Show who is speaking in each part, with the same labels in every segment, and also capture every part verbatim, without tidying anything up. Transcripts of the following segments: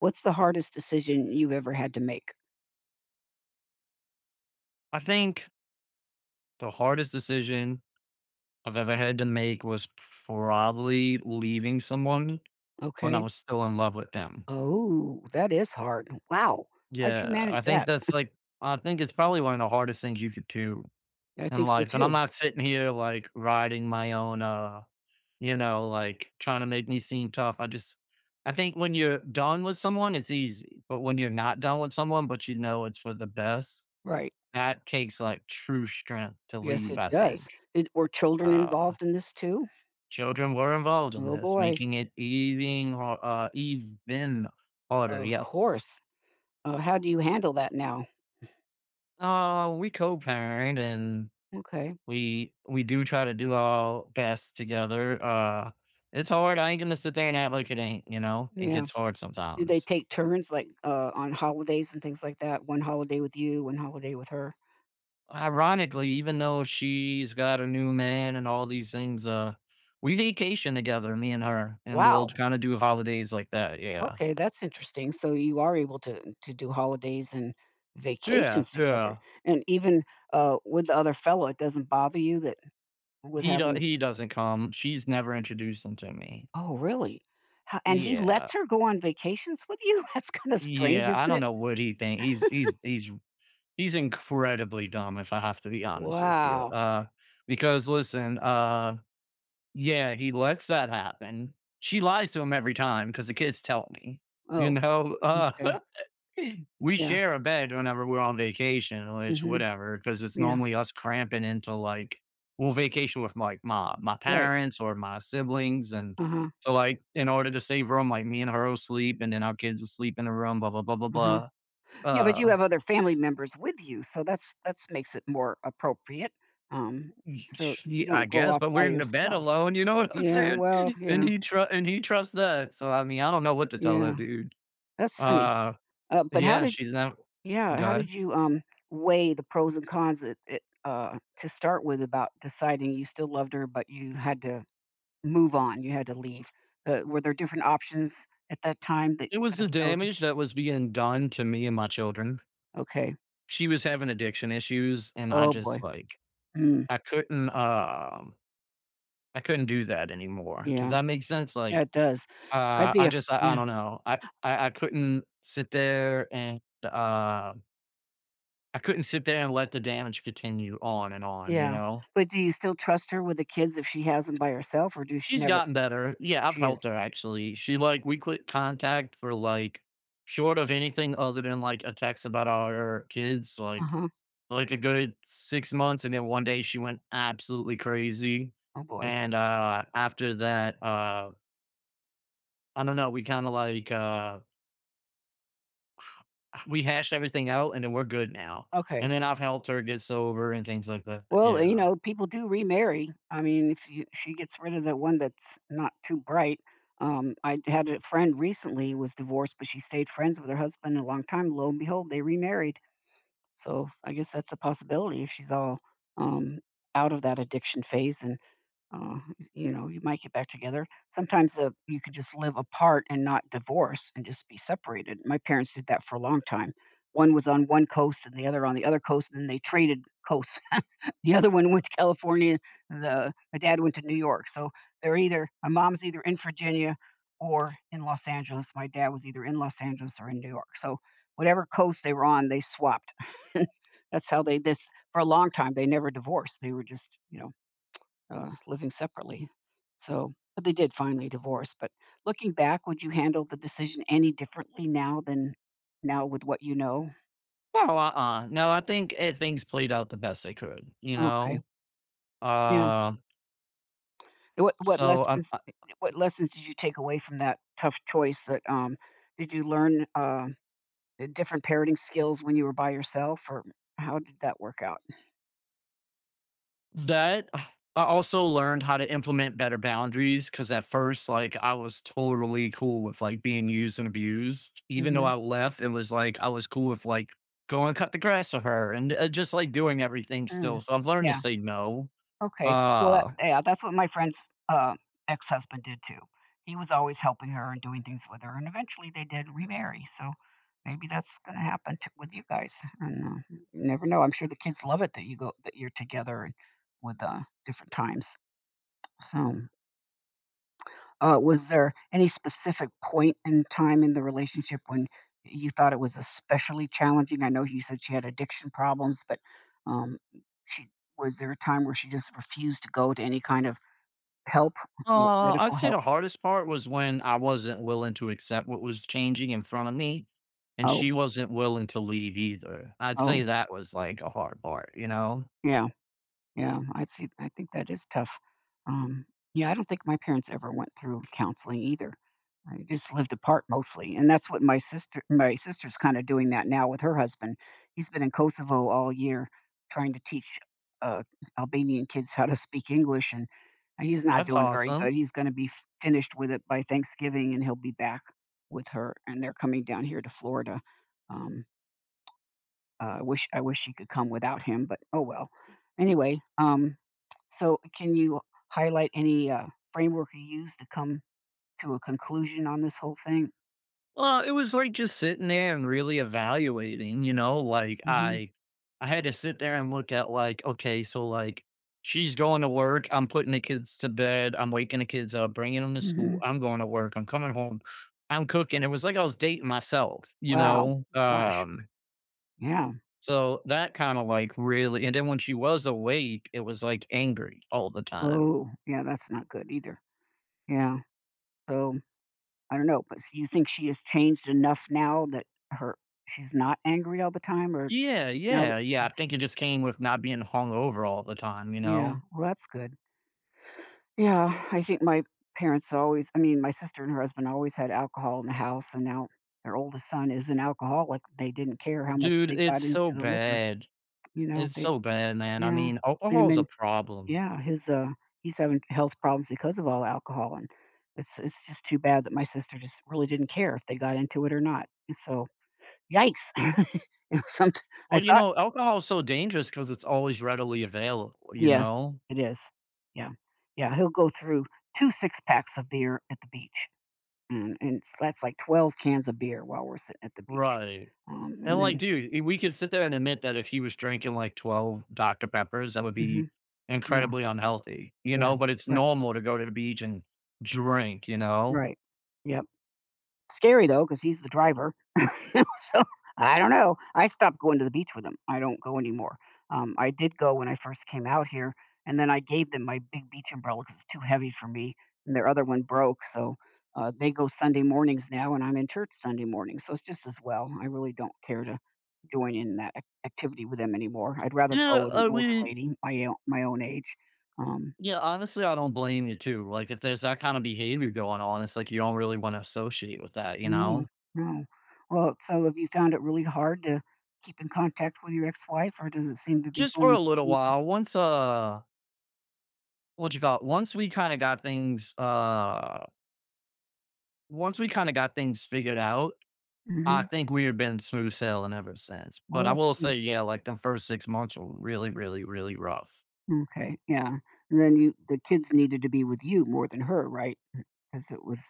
Speaker 1: What's the hardest decision you've ever had to make?
Speaker 2: I think the hardest decision I've ever had to make was probably leaving someone when I
Speaker 1: Okay.
Speaker 2: was still in love with them.
Speaker 1: Oh, that is hard. Wow. How'd you
Speaker 2: Yeah,
Speaker 1: manage
Speaker 2: I think
Speaker 1: that?
Speaker 2: that's like I think it's probably one of the hardest things you could do
Speaker 1: I
Speaker 2: in
Speaker 1: think so
Speaker 2: life. And I'm
Speaker 1: too.
Speaker 2: not sitting here like riding my own uh, you know, like trying to make me seem tough. I just I think when you're done with someone, it's easy. But when you're not done with someone, but you know it's for the best,
Speaker 1: Right.
Speaker 2: that takes like true strength to
Speaker 1: Yes,
Speaker 2: leave,
Speaker 1: it
Speaker 2: I think.
Speaker 1: does. Did were children
Speaker 2: Uh
Speaker 1: involved in this too?
Speaker 2: Children were involved in
Speaker 1: Oh
Speaker 2: this,
Speaker 1: boy.
Speaker 2: making it even har uh, even harder,
Speaker 1: Of
Speaker 2: yes.
Speaker 1: course. Uh, how do you handle that now?
Speaker 2: Uh, we co-parent and
Speaker 1: Okay.
Speaker 2: we we do try to do our best together, uh, it's hard, I ain't gonna sit there and act like it ain't, you know? It
Speaker 1: Yeah.
Speaker 2: gets hard
Speaker 1: Do they
Speaker 2: sometimes.
Speaker 1: take turns like uh, on holidays and things like that? One holiday with you, one holiday with her.
Speaker 2: Ironically, even though she's got a new man and all these things, uh, we vacation together, me and her, and we'll
Speaker 1: Wow.
Speaker 2: kinda do holidays like that, yeah.
Speaker 1: Okay, that's interesting. So you are able to to do holidays and
Speaker 2: Yeah,
Speaker 1: vacations together,
Speaker 2: yeah.
Speaker 1: and even uh, with the other fellow, it doesn't bother you that with
Speaker 2: He do
Speaker 1: having.
Speaker 2: he doesn't come. She's never introduced him to me.
Speaker 1: Oh, really? Ho- And he
Speaker 2: Yeah.
Speaker 1: lets her go on vacations with you? That's kind of strange,
Speaker 2: Yeah, I
Speaker 1: isn't
Speaker 2: don't
Speaker 1: it?
Speaker 2: know what he think he's he's he's he's incredibly dumb, if I have to be honest with you,
Speaker 1: Wow.
Speaker 2: uh, because listen, uh, yeah, he lets that happen. She lies to him every time. Because the kids tell me, you
Speaker 1: Oh,
Speaker 2: know, uh
Speaker 1: okay.
Speaker 2: We
Speaker 1: Yeah.
Speaker 2: share a bed whenever we're on vacation, which
Speaker 1: Hmm.
Speaker 2: whatever, because it's
Speaker 1: Yeah.
Speaker 2: normally us cramping into like We'll vacation with like my my
Speaker 1: Right.
Speaker 2: parents or my siblings, and
Speaker 1: Uh huh.
Speaker 2: so like in order to save room, like me and her will sleep, and then our kids will sleep in the room, blah blah blah blah
Speaker 1: Uh huh.
Speaker 2: blah.
Speaker 1: Yeah, but you
Speaker 2: Uh,
Speaker 1: have other family members with you, so that's that's makes it more appropriate. Um, so
Speaker 2: yeah,
Speaker 1: you
Speaker 2: I
Speaker 1: don't go
Speaker 2: guess,
Speaker 1: off
Speaker 2: but
Speaker 1: by
Speaker 2: we're in the bed
Speaker 1: yourself.
Speaker 2: alone. You know what I'm
Speaker 1: Yeah.
Speaker 2: saying?
Speaker 1: Well.
Speaker 2: And
Speaker 1: Yeah.
Speaker 2: he tr- and he trusts that. So I mean, I don't know what to tell
Speaker 1: Yeah.
Speaker 2: that dude.
Speaker 1: That's funny.
Speaker 2: Uh,
Speaker 1: Uh, but how
Speaker 2: yeah,
Speaker 1: did
Speaker 2: she's not
Speaker 1: yeah, how
Speaker 2: good.
Speaker 1: did you, um, weigh the pros and cons it it, uh, to start with about deciding you still loved her, but you had to move on, you had to leave? Uh, were there different options at that time that you
Speaker 2: It was
Speaker 1: could have
Speaker 2: the
Speaker 1: chosen?
Speaker 2: damage that was being done to me and my children.
Speaker 1: Okay.
Speaker 2: She was having addiction issues and I
Speaker 1: Oh, boy.
Speaker 2: just like
Speaker 1: Mm,
Speaker 2: I couldn't um I couldn't do that anymore. Does
Speaker 1: yeah.
Speaker 2: that make sense?
Speaker 1: Yeah,
Speaker 2: Like
Speaker 1: it does. I'd
Speaker 2: uh
Speaker 1: be
Speaker 2: I
Speaker 1: a f
Speaker 2: just I, I
Speaker 1: yeah,
Speaker 2: don't know. I, I I couldn't sit there and uh I couldn't sit there and let the damage continue on and on, you
Speaker 1: yeah.
Speaker 2: know.
Speaker 1: But do you still trust her with the kids if she has them by herself, or do she
Speaker 2: She's
Speaker 1: never,
Speaker 2: gotten better. Yeah, I've
Speaker 1: she is?
Speaker 2: helped her actually. She like We quit contact for like short of anything other than like a text about our kids, like
Speaker 1: Uh-huh.
Speaker 2: Like, a good six months, and then one day she went absolutely crazy,
Speaker 1: Oh, boy.
Speaker 2: and, uh, after that, uh, I don't know, we kinda, like, uh we hashed everything out, and then we're good now,
Speaker 1: Okay.
Speaker 2: and then I've helped her get sober and things like that,
Speaker 1: Well, you
Speaker 2: yeah.
Speaker 1: know, people do remarry. I mean, if you, she gets rid of the one that's not too bright. Um, I had a friend recently who was divorced, but she stayed friends with her husband a long time. Lo and behold, they remarried. So I guess that's a possibility if she's all um, out of that addiction phase and uh, you know, you might get back together. Sometimes the you could just live apart and not divorce and just be separated. My parents did that for a long time. One was on one coast and the other on the other coast, and then they traded coasts. The other one went to California. The My dad went to New York. So they're either my mom's either in Virginia or in Los Angeles. My dad was either in Los Angeles or in New York. So whatever coast they were on, they swapped. That's how they this for a long time. They never divorced. They were just you know uh, living separately. So, but they did finally divorce. But looking back, would you handle the decision any differently now than now with what you know?
Speaker 2: No, uh-uh, no, I think, eh, things played out the best they could, you
Speaker 1: Okay.
Speaker 2: know?
Speaker 1: Yeah.
Speaker 2: Uh,
Speaker 1: What what
Speaker 2: so, I
Speaker 1: lessons what lessons did you take away from that tough choice that um did you learn uh, different parenting skills when you were by yourself, or how did that work out?
Speaker 2: That I also learned how to implement better boundaries because at first, like, I was totally cool with like being used and abused. Even though
Speaker 1: Hmm.
Speaker 2: I left, it was like I was cool with like going cut the grass for her and uh, just like doing everything
Speaker 1: Mm.
Speaker 2: still. So I've learned to
Speaker 1: Yeah.
Speaker 2: say no.
Speaker 1: Okay. Well, that,
Speaker 2: Uh,
Speaker 1: yeah, that's what my friend's uh, ex husband did too. He was always helping her and doing things with her, and eventually they did remarry. So maybe that's going to happen to, with you guys. And uh, you never know. I'm sure the kids love it that you go that you're together and with uh, different times. So, uh, was there any specific point in time in the relationship when you thought it was especially challenging? I know you said she had addiction problems, but um, she was there a time where she just refused to go to any kind of Help, m
Speaker 2: uh,
Speaker 1: medical
Speaker 2: I'd say
Speaker 1: help?
Speaker 2: the hardest part was when I wasn't willing to accept what was changing in front of me, and
Speaker 1: Oh,
Speaker 2: she wasn't willing to leave either. I'd
Speaker 1: oh,
Speaker 2: say that was like a hard part. You know,
Speaker 1: yeah, yeah, I see. I think that is tough. Um, yeah, I don't think my parents ever went through counseling either. I just lived apart mostly, and that's what my sister my sister's kinda doing that now with her husband. He's been in Kosovo all year trying to teach, uh, Albanian kids how to speak English, and he's not
Speaker 2: that's
Speaker 1: doing very
Speaker 2: awesome.
Speaker 1: good. He's gonna be f finished with it by Thanksgiving, and he'll be back with her, and they're coming down here to Florida. Um Uh, I wish I wish she could come without him, but oh well. Anyway, um, so can you highlight any uh, framework you use to come to a conclusion on this whole thing?
Speaker 2: Well, it was like just sitting there and really evaluating, you know, like
Speaker 1: Hmm.
Speaker 2: I I had to sit there and look at like, okay, so like she's going to work, I'm putting the kids to bed, I'm waking the kids up, bringing them to
Speaker 1: Hmm.
Speaker 2: school, I'm going to work, I'm coming home, I'm cooking. It was like I was dating myself, you
Speaker 1: Wow,
Speaker 2: know.
Speaker 1: gosh,
Speaker 2: Um
Speaker 1: yeah.
Speaker 2: so that kind of like really and then when she was awake, it was like angry all the time.
Speaker 1: Oh, yeah, that's not good either. Yeah. So I don't know, but s- you think she has changed enough now that her she's not angry all the time. or
Speaker 2: Yeah,
Speaker 1: now that
Speaker 2: yeah, yeah. I
Speaker 1: she's
Speaker 2: think it just came with not being hung over all the time, you
Speaker 1: yeah.
Speaker 2: know.
Speaker 1: Well, that's good. Yeah, I think my parents always I mean, my sister and her husband always had alcohol in the house, and now their oldest son is an alcoholic. They didn't care how much
Speaker 2: Dude,
Speaker 1: they
Speaker 2: it's
Speaker 1: got into
Speaker 2: so
Speaker 1: the liquor,
Speaker 2: bad.
Speaker 1: you know,
Speaker 2: It's
Speaker 1: they
Speaker 2: so bad, man. I
Speaker 1: yeah,
Speaker 2: mean,
Speaker 1: and
Speaker 2: alcohol
Speaker 1: I
Speaker 2: is a
Speaker 1: mean,
Speaker 2: problem.
Speaker 1: yeah, his, uh he's having health problems because of all alcohol, and it's it's just too bad that my sister just really didn't care if they got into it or not, and so yikes. It was somet I
Speaker 2: Well, you
Speaker 1: thought.
Speaker 2: know, alcohol is so dangerous because it's always readily available, you
Speaker 1: Yes,
Speaker 2: know?
Speaker 1: it is. Yeah. Yeah, he'll go through two six-packs of beer at the beach. And and s that's like twelve cans of beer while we're sitting at the beach,
Speaker 2: Right.
Speaker 1: um,
Speaker 2: And,
Speaker 1: and
Speaker 2: like,
Speaker 1: then.
Speaker 2: dude, I we could sit there and admit that if he was drinking, like, twelve Doctor Peppers, that would be
Speaker 1: Mhm. Yeah,
Speaker 2: incredibly unhealthy, you
Speaker 1: yeah.
Speaker 2: know? But it's
Speaker 1: Right,
Speaker 2: normal to go to the beach and drink, you know?
Speaker 1: right. Yep. Scary though, because he's the driver. So, I don't know. I stopped going to the beach with him. I don't go anymore. Um, I did go when I first came out here, and then I gave them my big beach umbrella because it's too heavy for me, and their other one broke, so, uh, they go Sunday mornings now, and I'm in church Sunday morning, so it's just as well. I really don't care to join in that ac activity with them anymore. I'd rather go
Speaker 2: Yeah,
Speaker 1: with an
Speaker 2: I
Speaker 1: older
Speaker 2: mean
Speaker 1: lady my o my own age. Um
Speaker 2: yeah, honestly, I don't blame you too. Like, if there's that kind of behavior going on, it's like you don't really wanna associate with that, you
Speaker 1: No,
Speaker 2: know?
Speaker 1: no. Well, so have you found it really hard to keep in contact with your ex-wife, or does it seem to be
Speaker 2: Just for
Speaker 1: going
Speaker 2: a little
Speaker 1: smoothly?
Speaker 2: while, once, uh what you got? Once we kinda got things, uh once we kinda got things figured out, I
Speaker 1: Mhm.
Speaker 2: think we have been smooth sailing ever since. But
Speaker 1: Well,
Speaker 2: I
Speaker 1: that's
Speaker 2: will
Speaker 1: good.
Speaker 2: say, yeah, like, the first six months were really, really, really rough.
Speaker 1: Okay, yeah. And then you the kids needed to be with you more than her, right? Because it was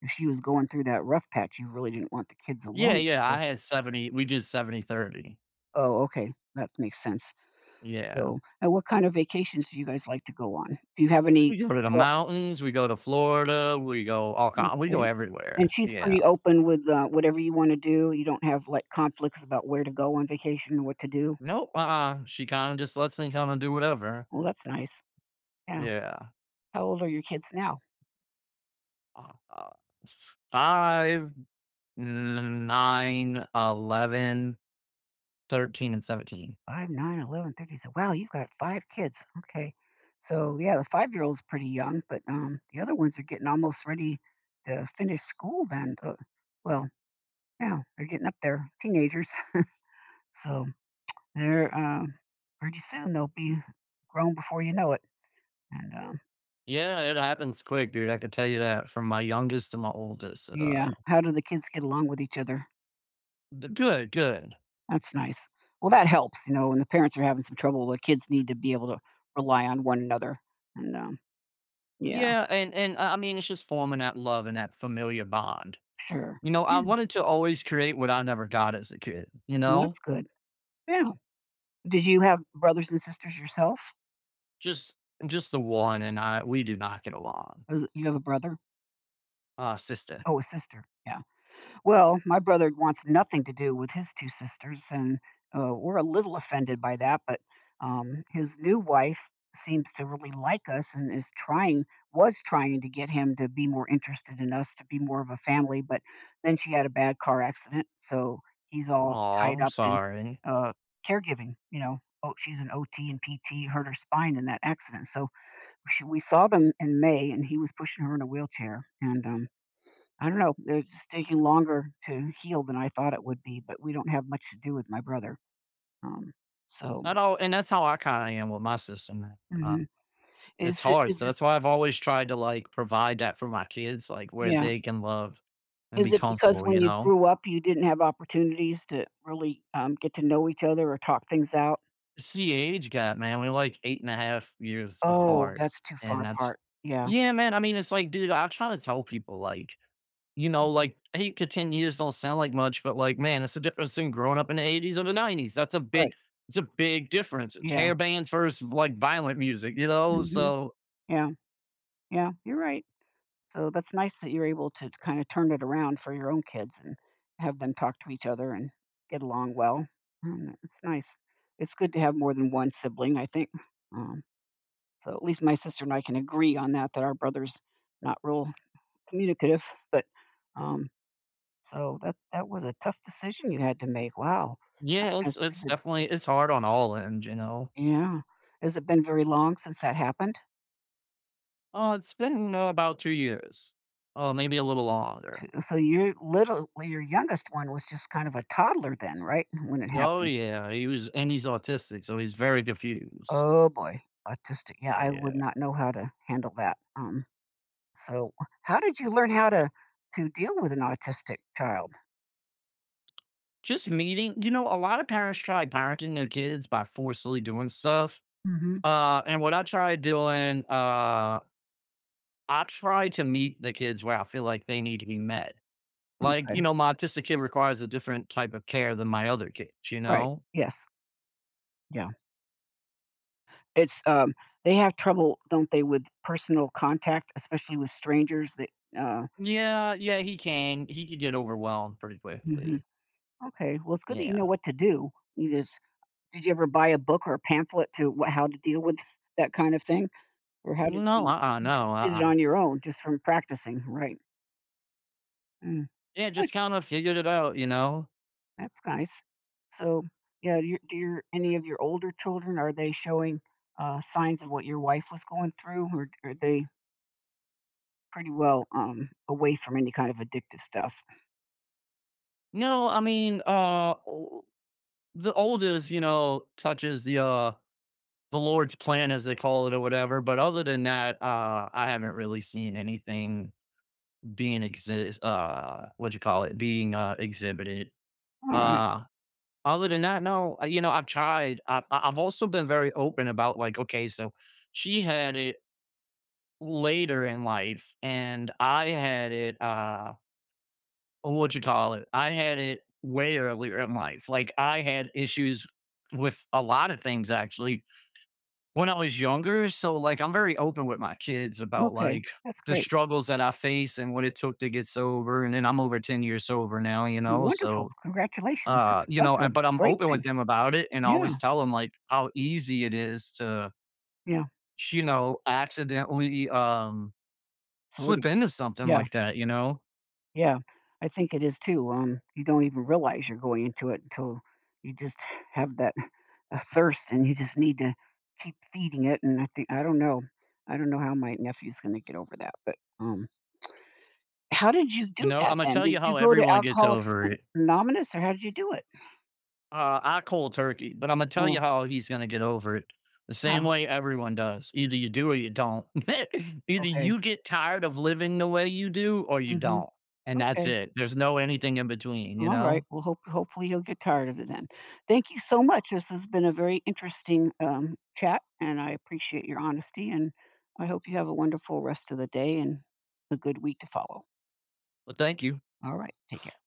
Speaker 1: if she was going through that rough patch, you really didn't want the kids
Speaker 2: Yeah,
Speaker 1: alone.
Speaker 2: yeah,
Speaker 1: Oh,
Speaker 2: I had seventy we did seventy thirty.
Speaker 1: oh, okay, that makes sense.
Speaker 2: Yeah.
Speaker 1: So, and what kind of vacations do you guys like to go on? Do you have any?
Speaker 2: We go to the mountains, we go to Florida, we go all kind. we go
Speaker 1: Okay. And
Speaker 2: everywhere.
Speaker 1: she's
Speaker 2: Yeah.
Speaker 1: pretty open with, uh, whatever you wanna do? You don't have, like, conflicts about where to go on vacation or what to do?
Speaker 2: Nope, uh-uh, she kinda just lets me kinda do whatever.
Speaker 1: Well, that's nice. Yeah.
Speaker 2: Yeah.
Speaker 1: How old are your kids now?
Speaker 2: Uh, uh, five, nine, eleven. thirteen and seventeen.
Speaker 1: five, nine, eleven, thirty. So wow, you've got five kids. Okay. So, yeah, the five-year-old's pretty young, but, um, the other ones are getting almost ready to finish school then, uh well, yeah, they're getting up there, teenagers. So they're, um pretty soon they'll be grown before you know it, and, um
Speaker 2: Yeah, it happens quick, dude. I can tell you that from my youngest to my oldest. And, uh,
Speaker 1: yeah. How do the kids get along with each other?
Speaker 2: th- good, good.
Speaker 1: That's nice. Well, that helps, you know, when the parents are having some trouble, the kids need to be able to rely on one another. And, um, yeah,
Speaker 2: Yeah, and and I I mean, it's just forming that love and that familiar bond.
Speaker 1: sure.
Speaker 2: You know, I
Speaker 1: Yeah,
Speaker 2: wanted to always create what I never got as a kid. You
Speaker 1: well, that's
Speaker 2: know,
Speaker 1: good. Yeah. Did you have brothers and sisters yourself?
Speaker 2: just just the one, and I we do not get along.
Speaker 1: Was You have a brother?
Speaker 2: Ah, sister.
Speaker 1: Oh, a sister. Yeah. Well, my brother wants nothing to do with his two sisters, and uh, we're a little offended by that. But um, his new wife seems to really like us and is trying, was trying to get him to be more interested in us, to be more of a family. But then she had a bad car accident, so he's all
Speaker 2: Oh,
Speaker 1: tied
Speaker 2: I'm
Speaker 1: up in
Speaker 2: sorry.
Speaker 1: uh, caregiving. You know, oh, she's an O T and P T, hurt her spine in that accident. So she, we saw them in May, and he was pushing her in a wheelchair, and um, I don't know, it's just taking longer to heal than I thought it would be, but we don't have much to do with my brother, um, so.
Speaker 2: I don't, and that's how I kind of am with my sister, man.
Speaker 1: Mhm. Is
Speaker 2: It's
Speaker 1: it
Speaker 2: hard, so
Speaker 1: is it
Speaker 2: that's why I've always tried to, like, provide that for my kids, like, where
Speaker 1: yeah.
Speaker 2: they can love and be
Speaker 1: Is it because
Speaker 2: comfortable,
Speaker 1: when
Speaker 2: you
Speaker 1: you
Speaker 2: know?
Speaker 1: grew up, you didn't have opportunities to really, um, get to know each other or talk things out?
Speaker 2: It's the age gap, man, we're, like, eight and a half years
Speaker 1: Oh,
Speaker 2: apart,
Speaker 1: that's too far
Speaker 2: and that's
Speaker 1: apart. Yeah.
Speaker 2: yeah, man, I mean, it's like, dude, I try to tell people, like, you know,
Speaker 1: Mhm.
Speaker 2: like, eight to ten years don't sound like much, but, like, man, it's the difference in growing up in the eighties or the nineties, that's a big
Speaker 1: Right.
Speaker 2: it's a big difference, it's
Speaker 1: Yeah.
Speaker 2: hair bands versus, like, violent music, you know?
Speaker 1: Mhm.
Speaker 2: So,
Speaker 1: Yeah. Yeah. You're right. So that's nice that you're able to kind of turn it around for your own kids and have them talk to each other and get along well. Um, it's nice. It's good to have more than one sibling, I think. Um, so at least my sister and I can agree on that that our brother's not real communicative, but um, so that that was a tough decision you had to make. Wow.
Speaker 2: yeah, it's
Speaker 1: Has, has
Speaker 2: it's
Speaker 1: it,
Speaker 2: definitely it's hard on all ends, you know?
Speaker 1: yeah. Has it been very long since that happened?
Speaker 2: Oh, it's been uh, about two years. Oh, maybe a little longer.
Speaker 1: So your little, your youngest one was just kind of a toddler then, right? When it
Speaker 2: Oh,
Speaker 1: happened.
Speaker 2: yeah, he was and he's autistic, so he's very confused.
Speaker 1: Oh boy, autistic. Yeah, I would
Speaker 2: Yeah.
Speaker 1: not know how to handle that. Um, so how did you learn how to to deal with an autistic child?
Speaker 2: Just meeting you know, a lot of parents try parenting their kids by forcefully doing stuff,
Speaker 1: Hmm.
Speaker 2: uh, and what I try doing, uh, I try to meet the kids where I feel like they need to be met. Like,
Speaker 1: Okay,
Speaker 2: you know, my autistic kid requires a different type of care than my other kids, you
Speaker 1: right.
Speaker 2: know?
Speaker 1: Yes. Yeah. It's um they have trouble, don't they, with personal contact, especially with strangers that uh
Speaker 2: Yeah, yeah, he can. He could get overwhelmed pretty
Speaker 1: hmm.
Speaker 2: quickly.
Speaker 1: Okay, well it's good that you know
Speaker 2: Yeah.
Speaker 1: what to do. You just Did you ever buy a book or a pamphlet to what, how to deal with that kind of thing? Or how did
Speaker 2: No,
Speaker 1: you
Speaker 2: uh-uh,
Speaker 1: You just
Speaker 2: no,
Speaker 1: did it
Speaker 2: uh-uh.
Speaker 1: on your own just from practicing, right? Mm.
Speaker 2: Yeah, just kind of figured it out, you know?
Speaker 1: That's nice. So, yeah, your, do your any of your older children, are they showing uh, signs of what your wife was going through, or are they pretty well um, away from any kind of addictive stuff?
Speaker 2: No, I mean, uh, o- the oldest, you know, touches the, uh, the Lord's plan, as they call it, or whatever. But other than that, uh, I haven't really seen anything being exist. Uh, what you call it? Being uh, exhibited.
Speaker 1: All right.
Speaker 2: Uh, Other than that, no. uh, You know, I've tried. I, I- I've also been very open about like, okay, so she had it later in life, and I had it. Uh, Oh, what you call it, I had it way earlier in life. Like I had issues with a lot of things actually when I was younger. So like I'm very open with my kids about
Speaker 1: Okay,
Speaker 2: like
Speaker 1: that's
Speaker 2: the
Speaker 1: great.
Speaker 2: struggles that I face and what it took to get sober. And then I'm over ten years sober now, you know.
Speaker 1: Wonderful.
Speaker 2: So
Speaker 1: Congratulations.
Speaker 2: uh,
Speaker 1: That's
Speaker 2: you know,
Speaker 1: that's a
Speaker 2: and- but I'm
Speaker 1: great
Speaker 2: open with
Speaker 1: thing.
Speaker 2: them about it and
Speaker 1: Yeah.
Speaker 2: always tell them like how easy it is to,
Speaker 1: Yeah.
Speaker 2: you know, accidentally um
Speaker 1: Sort of.
Speaker 2: slip into something
Speaker 1: Yeah.
Speaker 2: like that, you know.
Speaker 1: Yeah, I think it is too. Um, you don't even realize you're going into it until you just have that a thirst, and you just need to keep feeding it. And I think I don't know, I don't know how my nephew's going to get over that. But um, how did you
Speaker 2: You
Speaker 1: do
Speaker 2: know, I'm
Speaker 1: that
Speaker 2: gonna
Speaker 1: then?
Speaker 2: tell
Speaker 1: Did
Speaker 2: you
Speaker 1: you
Speaker 2: how
Speaker 1: go to
Speaker 2: everyone gets
Speaker 1: Alcoholics
Speaker 2: over it.
Speaker 1: Anonymous, or how did you do it?
Speaker 2: Uh, I cold turkey, but I'm gonna tell you
Speaker 1: Oh,
Speaker 2: how he's gonna get over it. The same
Speaker 1: how?
Speaker 2: way everyone does. Either you do or you don't. Either
Speaker 1: Okay.
Speaker 2: you get tired of living the way you do or you
Speaker 1: Hmm.
Speaker 2: don't. And that's
Speaker 1: Okay.
Speaker 2: it. There's no anything in between, you
Speaker 1: All right.
Speaker 2: know?
Speaker 1: Well, hope hopefully he'll get tired of it then. Thank you so much. This has been a very interesting um, chat, and I appreciate your honesty. And I hope you have a wonderful rest of the day and a good week to follow.
Speaker 2: But thank you.
Speaker 1: All right. Take care.